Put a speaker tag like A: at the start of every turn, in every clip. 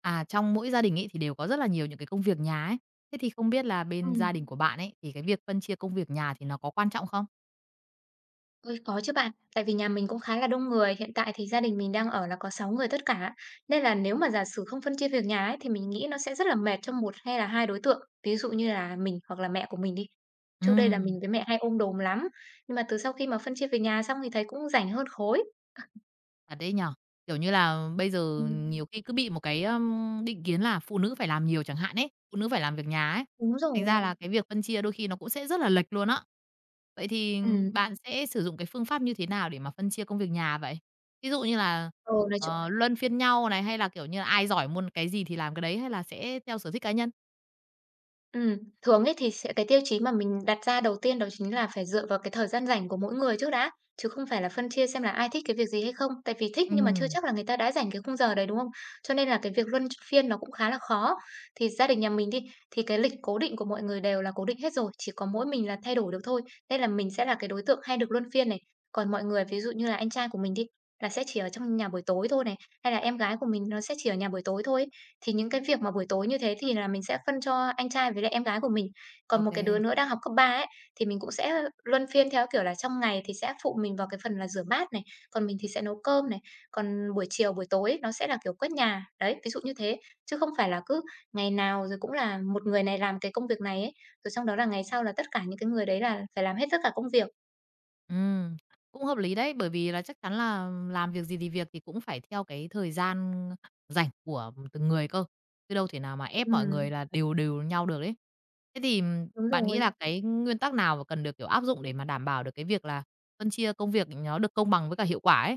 A: À, trong mỗi gia đình ấy thì đều có rất là nhiều những cái công việc nhà ấy. Thế thì không biết là bên
B: Ừm,
A: gia đình của bạn ấy thì cái việc phân chia công việc nhà thì nó có quan trọng không?
B: ôi, có chứ bạn. Tại vì nhà mình cũng khá là đông người, hiện tại thì gia đình mình đang ở là có 6 người tất cả. Nên là nếu mà giả sử không phân chia việc nhà ấy, thì mình nghĩ nó sẽ rất là mệt cho một hay là hai đối tượng. Ví dụ như là mình hoặc là mẹ của mình đi. Trước đây là
A: Ừm,
B: mình với mẹ hay ôm đồm lắm, nhưng mà từ sau khi mà phân chia việc nhà xong thì thấy cũng rảnh hơn khối.
A: thật đấy nhở. Kiểu như là bây giờ
B: Ừm.
A: nhiều khi cứ bị một cái định kiến là phụ nữ phải làm nhiều chẳng hạn ấy, phụ nữ phải làm việc nhà ấy.
B: Đúng
A: Thành ra
B: rồi.
A: là cái việc phân chia đôi khi nó cũng sẽ rất là lệch luôn á. Vậy thì
B: Ừ.
A: bạn sẽ sử dụng cái phương pháp như thế nào để mà phân chia công việc nhà vậy? Ví dụ như là,
B: Ừ, nói chung,
A: ờ, luân phiên nhau này, hay là, kiểu như là, ai giỏi môn cái gì thì làm cái đấy, hay là sẽ theo sở thích cá nhân?
B: Ừm, thường ấy thì sẽ cái tiêu chí mà mình đặt ra đầu tiên đó chính là phải dựa vào cái thời gian rảnh của mỗi người trước đã, chứ không phải là phân chia xem là ai thích cái việc gì hay không. Tại vì thích
A: Ừ.
B: nhưng mà chưa chắc là người ta đã rảnh cái khung giờ đấy, đúng không? Cho nên là cái việc luân phiên nó cũng khá là khó. Thì gia đình nhà mình đi, thì cái lịch cố định của mọi người đều là cố định hết rồi, chỉ có mỗi mình là thay đổi được thôi. Nên là mình sẽ là cái đối tượng hay được luân phiên này. Còn mọi người, ví dụ như là anh trai của mình đi, là sẽ chỉ ở trong nhà buổi tối thôi này, hay là em gái của mình nó sẽ chỉ ở nhà buổi tối thôi ấy. Thì những cái việc mà buổi tối như thế thì là mình sẽ phân cho anh trai với lại em gái của mình. Còn
A: OK,
B: một
A: kê.
B: cái đứa nữa đang học cấp 3 ấy, thì mình cũng sẽ luân phiên theo, kiểu là, trong ngày thì sẽ phụ mình vào cái phần là rửa bát này, còn mình thì sẽ nấu cơm này, còn buổi chiều, buổi tối nó sẽ là, kiểu, quét nhà. Đấy, ví dụ như thế, chứ không phải là cứ ngày nào rồi cũng là một người này làm cái công việc này ấy, rồi xong đó là ngày sau là tất cả những cái người đấy là phải làm hết tất cả công việc.
A: Cũng hợp lý đấy, bởi vì là chắc chắn là làm việc gì thì việc thì cũng phải theo cái thời gian rảnh của từng người cơ, chứ đâu thể nào mà ép mọi
B: Ừm,
A: người là đều đều nhau được đấy. Thế thì
B: đúng
A: bạn nghĩ
B: rồi.
A: là cái nguyên tắc nào mà cần được, kiểu, áp dụng để mà đảm bảo được cái việc là phân chia công việc nó được công bằng với cả hiệu quả ấy?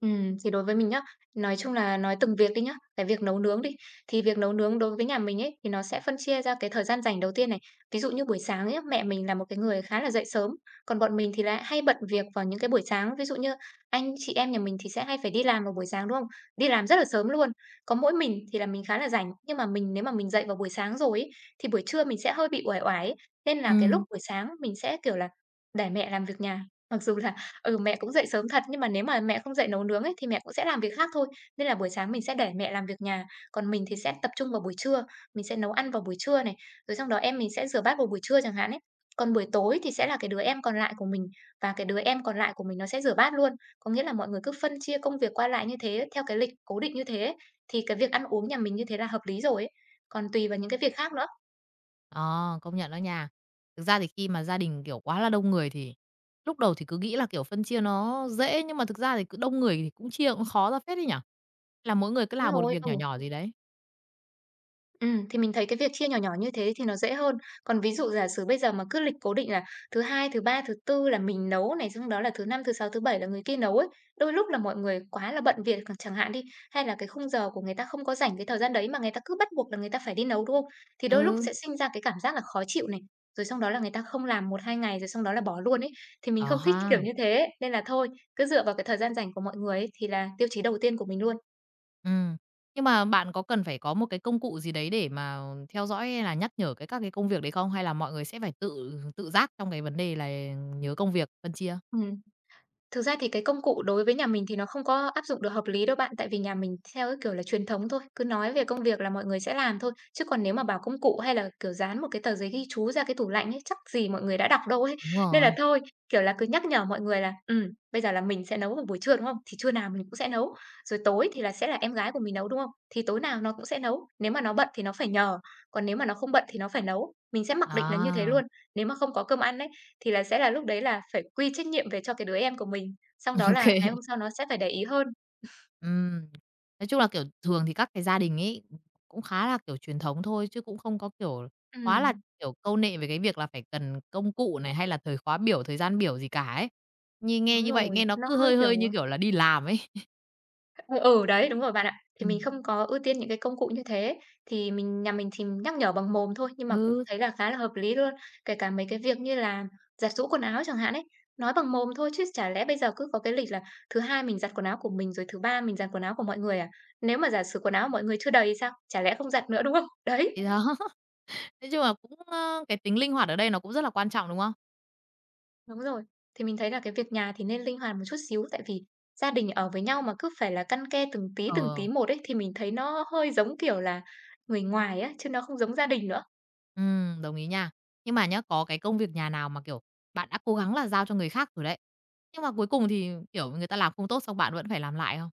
B: Thì đối với mình nhá, nói chung là nói từng việc đi nhá, cái việc nấu nướng đi, thì việc nấu nướng đối với nhà mình ấy, thì nó sẽ phân chia ra cái thời gian rảnh đầu tiên này. Ví dụ như buổi sáng ấy, mẹ mình là một cái người khá là dậy sớm, còn bọn mình thì lại hay bận việc vào những cái buổi sáng. Ví dụ như anh chị em nhà mình thì sẽ hay phải đi làm vào buổi sáng, đúng không? Đi làm rất là sớm luôn. Có mỗi mình thì là mình khá là rảnh, nhưng mà mình nếu mà mình dậy vào buổi sáng rồi ấy, thì buổi trưa mình sẽ hơi bị uể oải ấy. Nên là cái lúc
A: Ừ.
B: buổi sáng mình sẽ, kiểu là, để mẹ làm việc nhà. Mặc dù là, ừ, mẹ cũng dậy sớm thật, nhưng mà nếu mà mẹ không dậy nấu nướng ấy, thì mẹ cũng sẽ làm việc khác thôi. Nên là buổi sáng mình sẽ để mẹ làm việc nhà, còn mình thì sẽ tập trung vào buổi trưa, mình sẽ nấu ăn vào buổi trưa này, rồi xong đó em mình sẽ rửa bát vào buổi trưa chẳng hạn ấy. Còn buổi tối thì sẽ là cái đứa em còn lại của mình và cái đứa em còn lại của mình nó sẽ rửa bát luôn. Có nghĩa là mọi người cứ phân chia công việc qua lại như thế, theo cái lịch cố định như thế ấy, thì cái việc ăn uống nhà mình như thế là hợp lý rồi ấy. Còn tùy vào những cái việc khác nữa.
A: Ờ, công nhận đó nha. Thực ra thì khi mà gia đình, kiểu, quá là đông người thì lúc đầu thì cứ nghĩ là, kiểu, phân chia nó dễ, nhưng mà thực ra thì cứ đông người thì cũng chia cũng khó ra phết đấy nhỉ? Là mỗi người cứ
B: Đúng
A: làm một
B: rồi,
A: việc
B: ừ.
A: nhỏ nhỏ gì đấy.
B: Thì mình thấy cái việc chia nhỏ nhỏ như thế thì nó dễ hơn. Còn ví dụ giả sử bây giờ mà cứ lịch cố định là thứ Hai, thứ Ba, thứ Tư là mình nấu này, xong đó là thứ Năm, thứ Sáu, thứ Bảy là người kia nấu ấy, đôi lúc là mọi người quá là bận việc chẳng hạn đi, hay là cái khung giờ của người ta không có rảnh cái thời gian đấy mà người ta cứ bắt buộc là người ta phải đi nấu, đúng không? Thì đôi lúc
A: Ừ.
B: sẽ sinh ra cái cảm giác là khó chịu này, rồi xong đó là người ta không làm một 2 ngày rồi xong đó là bỏ luôn ấy, thì mình
A: Ờ
B: không thích kiểu
A: ha.
B: như thế. Nên là thôi, cứ dựa vào cái thời gian rảnh của mọi người ấy thì là tiêu chí đầu tiên của mình luôn.
A: Ừ. Nhưng mà bạn có cần phải có một cái công cụ gì đấy để mà theo dõi hay là nhắc nhở các cái công việc đấy không? Hay là mọi người sẽ phải tự tự giác trong cái vấn đề là nhớ công việc, phân chia?
B: Ừm. Thực ra thì cái công cụ đối với nhà mình thì nó không có áp dụng được hợp lý đâu bạn, tại vì nhà mình theo cái kiểu là truyền thống thôi, cứ nói về công việc là mọi người sẽ làm thôi. Chứ còn nếu mà bảo công cụ hay là, kiểu, dán một cái tờ giấy ghi chú ra cái tủ lạnh ấy, chắc gì mọi người đã đọc đâu ấy.
A: Đúng
B: Nên
A: rồi.
B: là thôi, kiểu là, cứ nhắc nhở mọi người là, bây giờ là mình sẽ nấu vào buổi trưa, đúng không? Thì trưa nào mình cũng sẽ nấu, rồi tối thì là sẽ là em gái của mình nấu, đúng không? Thì tối nào nó cũng sẽ nấu, nếu mà nó bận thì nó phải nhờ, còn nếu mà nó không bận thì nó phải nấu. Mình sẽ mặc định là như thế
A: À.
B: luôn, nếu mà không có cơm ăn ấy, thì là sẽ là lúc đấy là phải quy trách nhiệm về cho cái đứa em của mình, xong đó là ngày
A: OK.
B: hôm sau nó sẽ phải để ý hơn.
A: Ừm, nói chung là, kiểu, thường thì các cái gia đình ấy cũng khá là, kiểu, truyền thống thôi, chứ cũng không có, kiểu, quá là,
B: Ừm,
A: kiểu, câu nệ về cái việc là phải cần công cụ này, hay là thời khóa biểu, thời gian biểu gì cả ấy. Như
B: đúng
A: nghe như vậy
B: rồi,
A: nghe nó
B: nó
A: cứ
B: hơi,
A: hơi hơi như
B: kiểu,
A: kiểu là đi làm ấy.
B: ờ, ừ, đấy, đúng rồi bạn ạ. Thì mình
A: Ừm.
B: không có ưu tiên những cái công cụ như thế, thì mình nhà mình thì nhắc nhở bằng mồm thôi, nhưng mà cũng
A: Ừ,
B: thấy là khá là hợp lý luôn. Kể cả mấy cái việc như là giặt giũ quần áo chẳng hạn ấy, nói bằng mồm thôi chứ chả lẽ bây giờ cứ có cái lịch là thứ Hai mình giặt quần áo của mình, rồi thứ Ba mình giặt quần áo của mọi người à? Nếu mà giả sử quần áo mọi người chưa đầy thì sao? Chả lẽ không giặt nữa, đúng không? Đấy.
A: thì đó, nói chung là cũng, cái tính linh hoạt ở đây nó cũng rất là quan trọng, đúng không?
B: Đúng rồi, thì mình thấy là cái việc nhà thì nên linh hoạt một chút xíu, tại vì gia đình ở với nhau mà cứ phải là căn ke từng tí
A: Ờ.
B: một ấy, thì mình thấy nó hơi giống, kiểu là, người ngoài á, chứ nó không giống gia đình nữa.
A: Ừ. Đồng ý nha. Nhưng mà nhá, có cái công việc nhà nào mà, kiểu, bạn đã cố gắng là giao cho người khác rồi đấy, nhưng mà cuối cùng thì, kiểu, người ta làm không tốt xong bạn vẫn phải làm lại không?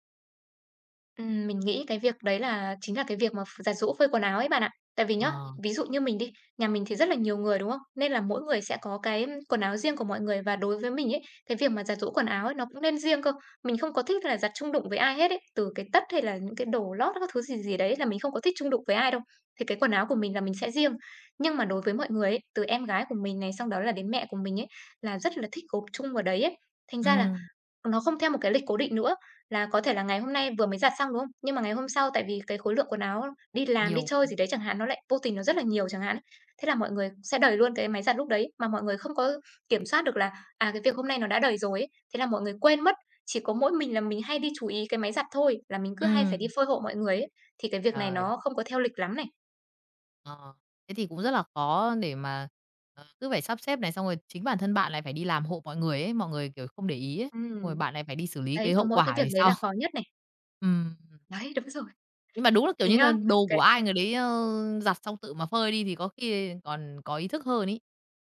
B: Mình nghĩ cái việc đấy là chính là cái việc mà giặt giũ phơi quần áo ấy bạn ạ. Tại vì nhá,
A: Ờ.
B: ví dụ như mình đi, nhà mình thì rất là nhiều người, đúng không? Nên là mỗi người sẽ có cái quần áo riêng của mọi người và đối với mình ấy, cái việc mà giặt giũ quần áo ấy nó cũng nên riêng cơ. Mình không có thích là giặt chung đụng với ai hết ấy, từ cái tất hay là những cái đồ lót các thứ gì gì đấy là mình không có thích chung đụng với ai đâu. Thì cái quần áo của mình là mình sẽ riêng. Nhưng mà đối với mọi người ấy, từ em gái của mình này, xong đó là đến mẹ của mình ấy, là rất là thích gộp chung vào đấy ấy. Thành
A: Ừ.
B: ra là nó không theo một cái lịch cố định nữa, là có thể là ngày hôm nay vừa mới giặt xong, đúng không? Nhưng mà ngày hôm sau tại vì cái khối lượng quần áo đi làm, đi
A: Nhiều.
B: chơi gì đấy chẳng hạn, nó lại vô tình nó rất là nhiều chẳng hạn ấy, thế là mọi người sẽ đầy luôn cái máy giặt lúc đấy, mà mọi người không có kiểm soát được là, à, cái việc hôm nay nó đã đầy rồi ấy, thế là mọi người quên mất. Chỉ có mỗi mình là mình hay đi chú ý cái máy giặt thôi, là mình cứ hay phải đi
A: ừm,
B: phơi hộ mọi người ấy, thì cái việc này
A: Trời,
B: nó không có theo lịch lắm này.
A: ờ, thế thì cũng rất là khó để mà, cứ phải sắp xếp này, xong rồi chính bản thân bạn lại phải đi làm hộ mọi người ấy, mọi người, kiểu, không để ý ấy, xong rồi
B: Ừm,
A: bạn lại phải đi xử lý
B: đấy,
A: cái
B: có
A: hậu
B: mỗi cái
A: quả về
B: việc đấy
A: sau.
B: là khó nhất này.
A: Ừm,
B: Đấy, đúng rồi.
A: nhưng mà đúng là, kiểu
B: Thì
A: như
B: nhá.
A: là, đồ của ai người đấy, giặt xong tự mà phơi đi thì có khi còn có ý thức hơn ấy.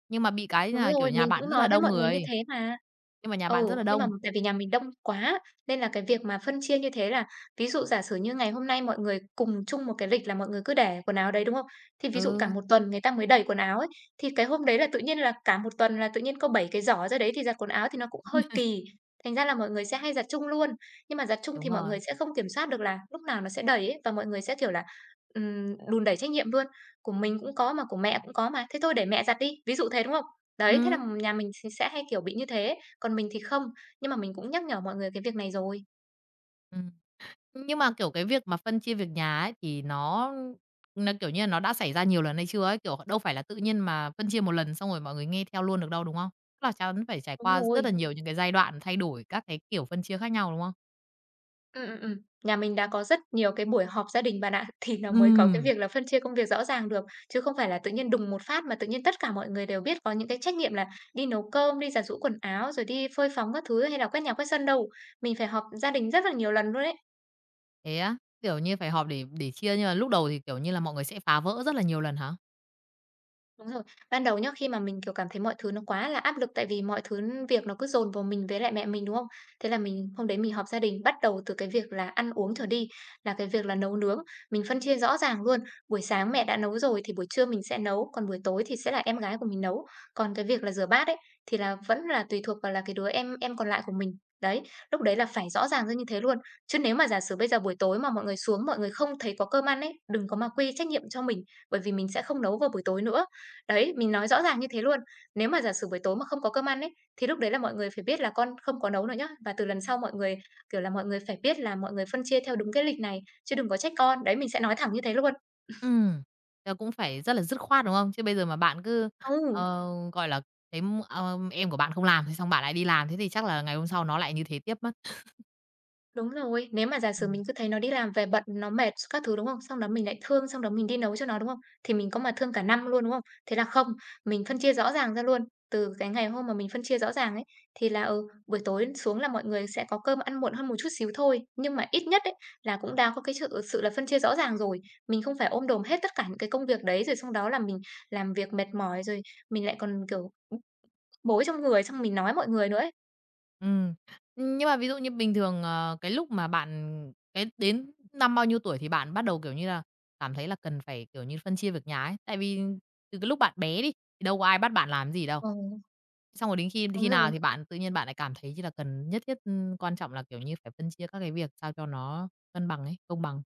A: Nhưng mà bị cái
B: Đúng
A: là, kiểu,
B: rồi,
A: nhà
B: mình
A: bạn
B: cũng
A: rất
B: nói
A: là
B: với
A: đông
B: mọi người như
A: người,
B: thế mà.
A: nhưng mà nhà bạn
B: Ừ,
A: rất là
B: nhưng mà
A: đông.
B: tại vì nhà mình đông quá, nên là cái việc mà phân chia như thế là ví dụ giả sử như ngày hôm nay mọi người cùng chung một cái lịch là mọi người cứ để quần áo đấy, đúng không? Thì ví dụ cả
A: Ừ,
B: một tuần người ta mới đẩy quần áo ấy, thì cái hôm đấy là tự nhiên là cả một tuần là tự nhiên có 7 cái giỏ ra đấy thì giặt quần áo thì nó cũng hơi kỳ. Thành ra là mọi người sẽ hay giặt chung luôn, nhưng mà giặt chung
A: đúng
B: thì mọi
A: rồi.
B: người sẽ không kiểm soát được là lúc nào nó sẽ đẩy ấy, và mọi người sẽ, kiểu là, đùn đẩy trách nhiệm luôn. Của mình cũng có mà của mẹ cũng có mà, thế thôi để mẹ giặt đi, ví dụ thế, đúng không? Đấy, thế là
A: Ừm.
B: nhà mình thì sẽ hay, kiểu, bị như thế, còn mình thì không, nhưng mà mình cũng nhắc nhở mọi người cái việc này rồi.
A: Ừm. Nhưng mà, kiểu, cái việc mà phân chia việc nhà ấy thì nó, kiểu như là, nó đã xảy ra nhiều lần hay chưa ấy? Kiểu, đâu phải là tự nhiên mà phân chia một lần xong rồi mọi người nghe theo luôn được đâu, đúng không? Tức là chắn phải trải
B: Đúng
A: qua rất
B: rồi.
A: là nhiều những cái giai đoạn thay đổi các cái kiểu phân chia khác nhau, đúng không?
B: Ừm, ừm, ừm. Nhà mình đã có rất nhiều cái buổi họp gia đình bạn ạ, thì nó mới có cái
A: Ừm.
B: việc là phân chia công việc rõ ràng được, chứ không phải là tự nhiên đùng một phát mà tự nhiên tất cả mọi người đều biết có những cái trách nhiệm là đi nấu cơm, đi giặt giũ quần áo, rồi đi phơi phóng các thứ hay là quét nhà quét sân đâu. Mình phải họp gia đình rất là nhiều lần luôn ấy.
A: Thế á? Kiểu như, phải họp để chia nhưng mà lúc đầu thì, kiểu như là, mọi người sẽ phá vỡ rất là nhiều lần hả?
B: Đúng rồi. Ban đầu nhá, khi mà mình, kiểu, cảm thấy mọi thứ nó quá là áp lực tại vì mọi thứ việc nó cứ dồn vào mình với lại mẹ mình, đúng không? Thế là mình hôm đấy mình họp gia đình, bắt đầu từ cái việc là ăn uống trở đi, là cái việc là nấu nướng. Mình phân chia rõ ràng luôn, buổi sáng mẹ đã nấu rồi thì buổi trưa mình sẽ nấu, còn buổi tối thì sẽ là em gái của mình nấu. Còn cái việc là rửa bát ấy, thì là vẫn là tùy thuộc vào là cái đứa em còn lại của mình. Đấy, lúc đấy là phải rõ ràng ra như thế luôn. Chứ nếu mà giả sử bây giờ buổi tối mà mọi người xuống, mọi người không thấy có cơm ăn ấy, đừng có mà quy trách nhiệm cho mình, bởi vì mình sẽ không nấu vào buổi tối nữa. Đấy, mình nói rõ ràng như thế luôn. Nếu mà giả sử buổi tối mà không có cơm ăn ấy, thì lúc đấy là mọi người phải biết là con không có nấu nữa nhá. Và từ lần sau mọi người, kiểu là, mọi người phải biết là mọi người phân chia theo đúng cái lịch này, chứ đừng có trách con. Đấy, mình sẽ nói thẳng như thế luôn.
A: Ừm, thế cũng phải rất là dứt khoát, đúng không? Chứ bây giờ mà bạn cứ,
B: Ừ.
A: ờ, gọi là, thấy, em của bạn không làm thì xong bạn lại đi làm, thế thì chắc là ngày hôm sau nó lại như thế tiếp mất.
B: Đúng rồi, nếu mà giả sử mình cứ thấy nó đi làm về bận, nó mệt các thứ, đúng không? Xong đó mình lại thương, xong đó mình đi nấu cho nó, đúng không? Thì mình có mà thương cả năm luôn, đúng không? Thế là không, mình phân chia rõ ràng ra luôn. Từ cái ngày hôm mà mình phân chia rõ ràng ấy, thì là, buổi tối xuống là mọi người sẽ có cơm ăn muộn hơn một chút xíu thôi. Nhưng mà ít nhất ấy, là cũng đã có cái sự sự là phân chia rõ ràng rồi. Mình không phải ôm đồm hết tất cả những cái công việc đấy, rồi xong đó là mình làm việc mệt mỏi, rồi mình lại còn, kiểu, bối trong người, xong mình nói mọi người nữa ấy.
A: Ừm. Nhưng mà ví dụ như bình thường, cái lúc mà bạn cái đến năm bao nhiêu tuổi thì bạn bắt đầu, kiểu như là, cảm thấy là cần phải, kiểu như, phân chia việc nhà ấy? Tại vì từ cái lúc bạn bé đi, thì đâu có ai bắt bạn làm gì đâu.
B: Ừ,
A: Xong rồi đến khi
B: đúng
A: khi nào
B: rồi.
A: thì bạn tự nhiên bạn lại cảm thấy như là cần nhất thiết, quan trọng là, kiểu như, phải phân chia các cái việc sao cho nó cân bằng ấy, công bằng?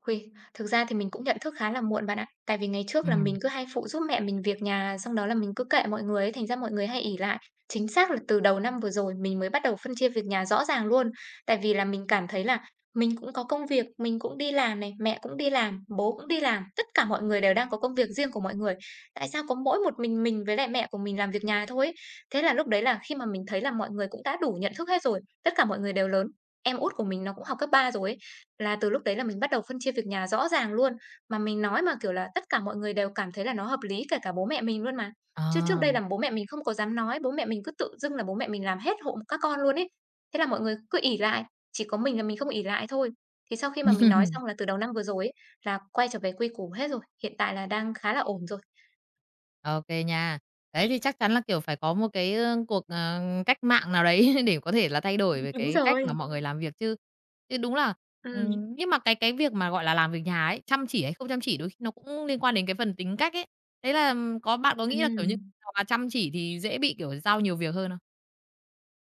B: Ôi, thực ra thì mình cũng nhận thức khá là muộn bạn ạ. Tại vì ngày trước là mình
A: Ừm.
B: cứ hay phụ giúp mẹ mình việc nhà, xong đó là mình cứ kệ mọi người ấy, thành ra mọi người hay ỷ lại. Chính xác là từ đầu năm vừa rồi mình mới bắt đầu phân chia việc nhà rõ ràng luôn. Tại vì là mình cảm thấy là mình cũng có công việc, mình cũng đi làm này, mẹ cũng đi làm, bố cũng đi làm, tất cả mọi người đều đang có công việc riêng của mọi người. Tại sao có mỗi một mình với lại mẹ của mình làm việc nhà thôi ấy? Thế là lúc đấy là khi mà mình thấy là mọi người cũng đã đủ nhận thức hết rồi, tất cả mọi người đều lớn. Em út của mình nó cũng học cấp 3 rồi ấy là từ lúc đấy là mình bắt đầu phân chia việc nhà rõ ràng luôn, mà mình nói mà, kiểu là, tất cả mọi người đều cảm thấy là nó hợp lý, kể cả bố mẹ mình luôn mà. Chứ trước
A: À.
B: đây là bố mẹ mình không có dám nói, bố mẹ mình cứ tự dưng là bố mẹ mình làm hết hộ các con luôn ấy. Thế là mọi người cứ ỷ lại, chỉ có mình là mình không ỷ lại thôi. Thì sau khi mà mình nói xong là từ đầu năm vừa rồi ấy, là quay trở về quy củ hết rồi, hiện tại là đang khá là ổn rồi.
A: OK nha. Đấy, thì chắc chắn là, kiểu, phải có một cái cuộc cách mạng nào đấy để có thể là thay đổi về
B: Đúng
A: cái cách mà
B: rồi.
A: mọi người làm việc chứ. Chứ đúng là
B: Ừ,
A: ừm, nhưng mà cái việc mà, gọi là, làm việc nhà ấy, chăm chỉ hay không chăm chỉ đôi khi nó cũng liên quan đến cái phần tính cách ấy. Thế là, có bạn có nghĩ là, kiểu như,
B: ừ.
A: hoặc là chăm chỉ thì dễ bị, kiểu, giao nhiều việc hơn không?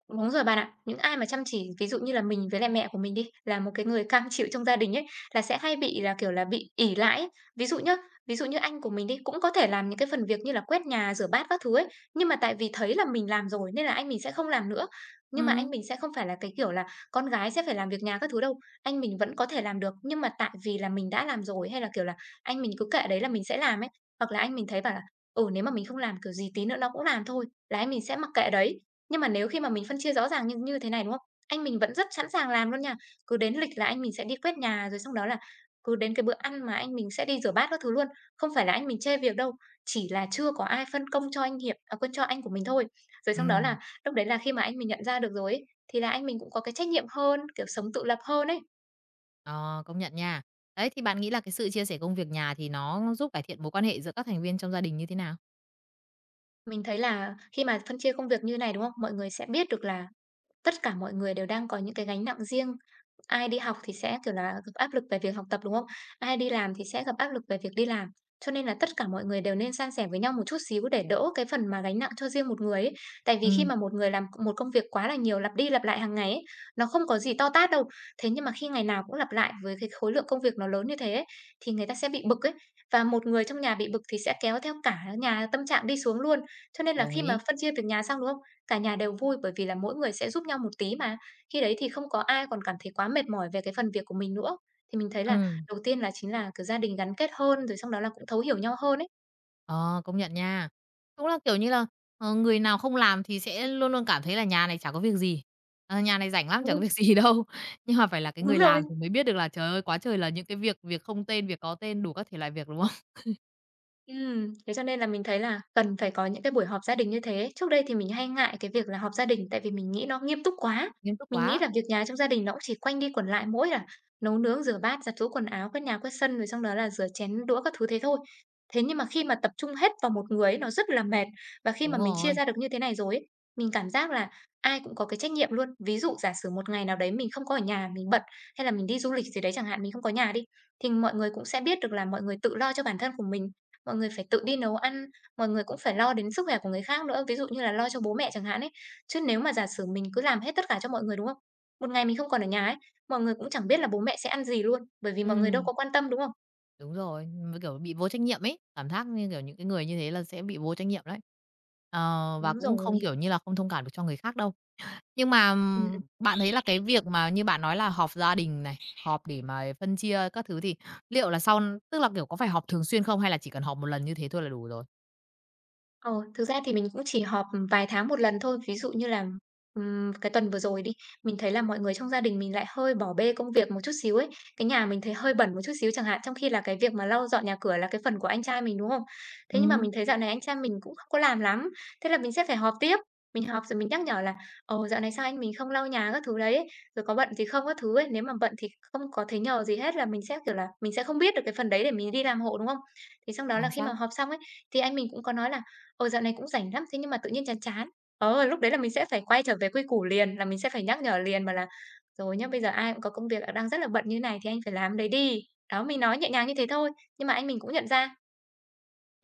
B: Đúng rồi bạn ạ. Những ai mà chăm chỉ, ví dụ như là mình với lại mẹ của mình đi, là một cái người cam chịu trong gia đình ấy, là sẽ hay bị là, kiểu là, bị ỷ lại ấy. Ví dụ nhá, ví dụ như anh của mình đi, cũng có thể làm những cái phần việc như là quét nhà, rửa bát các thứ ấy, nhưng mà tại vì thấy là mình làm rồi nên là anh mình sẽ không làm nữa. Nhưng mà anh
A: Ừ.
B: mình sẽ không phải là cái kiểu là con gái sẽ phải làm việc nhà các thứ đâu, anh mình vẫn có thể làm được, nhưng mà tại vì là mình đã làm rồi hay là, kiểu là, anh mình cứ kệ đấy là mình sẽ làm ấy. Hoặc là anh mình thấy bảo là, nếu mà mình không làm, kiểu gì tí nữa nó cũng làm thôi, là anh mình sẽ mặc kệ đấy. Nhưng mà nếu khi mà mình phân chia rõ ràng như như thế này, đúng không? Anh mình vẫn rất sẵn sàng làm luôn nha. Cứ đến lịch là anh mình sẽ đi quét nhà, rồi xong đó là cứ đến cái bữa ăn mà anh mình sẽ đi rửa bát các thứ luôn. Không phải là anh mình chê việc đâu, chỉ là chưa có ai phân công cho anh Hiệp à, quên, cho anh của mình thôi. Rồi xong đó
A: Ừm,
B: là lúc đấy là khi mà anh mình nhận ra được rồi ấy, thì là anh mình cũng có cái trách nhiệm hơn, kiểu, sống tự lập hơn ấy.
A: ờ, công nhận nha. Đấy, thì bạn nghĩ là cái sự chia sẻ công việc nhà thì nó giúp cải thiện mối quan hệ giữa các thành viên trong gia đình như thế nào?
B: Mình thấy là khi mà phân chia công việc như này, đúng không? Mọi người sẽ biết được là tất cả mọi người đều đang có những cái gánh nặng riêng. Ai đi học thì sẽ, kiểu là, gặp áp lực về việc học tập, đúng không? Ai đi làm thì sẽ gặp áp lực về việc đi làm. Cho nên là tất cả mọi người đều nên san sẻ với nhau một chút xíu để đỡ cái phần mà gánh nặng cho riêng một người ấy. Tại vì
A: Ừ.
B: khi mà một người làm một công việc quá là nhiều, lặp đi lặp lại hàng ngày ấy, nó không có gì to tát đâu. Thế nhưng mà khi ngày nào cũng lặp lại với cái khối lượng công việc nó lớn như thế ấy, thì người ta sẽ bị bực ấy. Và một người trong nhà bị bực thì sẽ kéo theo cả nhà tâm trạng đi xuống luôn. Cho nên là
A: Đồng
B: khi mà
A: ý.
B: phân chia việc nhà xong, đúng không? Cả nhà đều vui bởi vì là mỗi người sẽ giúp nhau một tí mà. Khi đấy thì không có ai còn cảm thấy quá mệt mỏi về cái phần việc của mình nữa. Thì mình thấy
A: Ừ.
B: là đầu tiên là chính là, kiểu, gia đình gắn kết hơn, rồi xong đó là cũng thấu hiểu nhau hơn ấy.
A: Ờ, công nhận nha. Đúng là, kiểu như là, người nào không làm thì sẽ luôn luôn cảm thấy là nhà này chả có việc gì, nhà này rảnh lắm,
B: Ừ,
A: chả có việc gì đâu. Nhưng mà phải là cái
B: đúng
A: người
B: rồi.
A: làm thì mới biết được là, trời ơi, quá trời là những cái việc việc không tên, việc có tên, đủ các thể loại việc, đúng không?
B: Thế cho nên là mình thấy là cần phải có những cái buổi họp gia đình như thế. Trước đây thì mình hay ngại cái việc là họp gia đình tại vì mình nghĩ nó nghiêm túc quá.
A: Nghiêm túc
B: Mình nghĩ
A: quá.
B: là việc nhà trong gia đình nó cũng chỉ quanh đi quẩn lại mỗi là nấu nướng, rửa bát, giặt giũ quần áo, quét nhà, quét sân rồi xong đó là rửa chén đũa các thứ thế thôi. Thế nhưng mà khi mà tập trung hết vào một người ấy, nó rất là mệt và khi mà
A: Đúng
B: mình chia
A: rồi.
B: ra được như thế này rồi ấy, mình cảm giác là ai cũng có cái trách nhiệm luôn. Ví dụ giả sử một ngày nào đấy mình không có ở nhà, mình bận hay là mình đi du lịch gì đấy chẳng hạn, mình không có nhà đi thì mọi người cũng sẽ biết được là mọi người tự lo cho bản thân của mình. Mọi người phải tự đi nấu ăn, mọi người cũng phải lo đến sức khỏe của người khác nữa, ví dụ như là lo cho bố mẹ chẳng hạn ấy. Chứ nếu mà giả sử mình cứ làm hết tất cả cho mọi người, đúng không? Một ngày mình không còn ở nhà ấy, mọi người cũng chẳng biết là bố mẹ sẽ ăn gì luôn, bởi vì mọi người đâu
A: Ừm,
B: có quan tâm, đúng không?
A: đúng rồi, với, kiểu, bị vô trách nhiệm ấy, cảm giác như, kiểu, những cái người như thế là sẽ bị vô trách nhiệm đấy. Ờ, và
B: Đúng
A: cũng không,
B: rồi.
A: kiểu như là, không thông cảm được cho người khác đâu. Nhưng mà, bạn thấy là cái việc mà như bạn nói là họp gia đình này, họp để mà phân chia các thứ thì liệu là sau tức là, kiểu, có phải họp thường xuyên không hay là chỉ cần họp một lần như thế thôi là đủ rồi?
B: Ờ, thực ra thì mình cũng chỉ họp vài tháng một lần thôi. Ví dụ như là, cái tuần vừa rồi đi, mình thấy là mọi người trong gia đình mình lại hơi bỏ bê công việc một chút xíu ấy. Cái nhà mình thấy hơi bẩn một chút xíu chẳng hạn, trong khi là cái việc mà lau dọn nhà cửa là cái phần của anh trai mình, đúng không? Thế nhưng mà
A: Ừm.
B: mình thấy dạo này anh trai mình cũng không có làm lắm, thế là mình sẽ phải họp tiếp. Mình họp rồi mình nhắc nhở là "Ồ, dạo này sao anh mình không lau nhà các thứ đấy, ấy? Rồi có bận gì không?" các thứ ấy. Nếu mà bận thì không có thấy nhờ gì hết là mình sẽ, kiểu là, mình sẽ không biết được cái phần đấy để mình đi làm hộ, đúng không? Thì xong đó là
A: Chính
B: khi mà
A: xác.
B: họp xong ấy, thì anh mình cũng có nói là "Ờ, dạo này cũng rảnh lắm, thế nhưng mà tự nhiên chán chán." Ờ, lúc đấy là mình sẽ phải quay trở về quy củ liền, là mình sẽ phải nhắc nhở liền, mà là "Rồi nhá, bây giờ ai cũng có công việc à, đang rất là bận như này thì anh phải làm đấy đi." Đó, mình nói nhẹ nhàng như thế thôi, nhưng mà anh mình cũng nhận ra.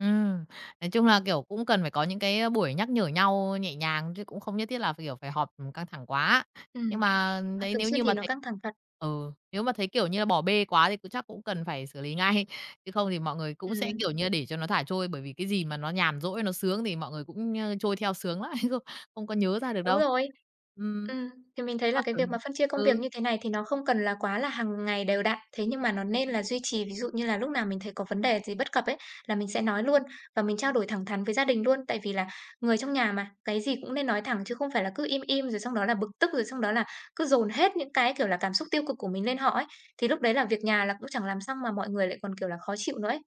A: Ừm, nói chung là, kiểu, cũng cần phải có những cái, buổi nhắc nhở nhau nhẹ nhàng chứ cũng không nhất thiết là phải, kiểu, phải họp, căng thẳng quá. Nhưng
B: Ừm,
A: mà
B: họp
A: đấy,
B: thường
A: nếu
B: xuyên
A: như
B: thì
A: mà
B: nó
A: thấy
B: căng thẳng thật.
A: ừ, nếu mà thấy, kiểu như là, bỏ bê quá thì cũng chắc cũng cần phải xử lý ngay, chứ không thì mọi người cũng sẽ,
B: Ừm.
A: kiểu như, để cho nó thả trôi, bởi vì cái gì mà nó nhàn rỗi, nó sướng thì mọi người cũng, trôi theo sướng lắm, không không có nhớ ra được
B: Đúng
A: đâu.
B: rồi.
A: Ừm.
B: Ừm, thì mình thấy là
A: Mà,
B: cái việc
A: kiểu
B: mà phân chia công việc
A: ừ,
B: như thế này thì nó không cần là quá là hàng ngày đều đặn, thế nhưng mà nó nên là duy trì. Ví dụ như là lúc nào mình thấy có vấn đề gì bất cập ấy, là mình sẽ nói luôn và mình trao đổi thẳng thắn với gia đình luôn. Tại vì là người trong nhà mà, cái gì cũng nên nói thẳng chứ không phải là cứ im im rồi xong đó là bực tức, rồi xong đó là cứ dồn hết những cái, kiểu là, cảm xúc tiêu cực của mình lên họ ấy. Thì lúc đấy là việc nhà là cũng chẳng làm xong mà mọi người lại còn, kiểu là, khó chịu nữa ấy.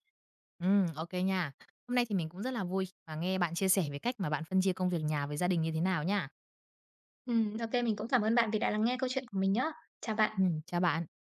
A: ok nha. Hôm nay thì mình cũng rất là vui khi mà nghe bạn chia sẻ về cách mà bạn phân chia công việc nhà với gia đình như thế nào nha.
B: Ô mình cũng cảm ơn bạn vì đã lắng nghe câu chuyện của mình nhá. Chào bạn.
A: Ừ, chào bạn.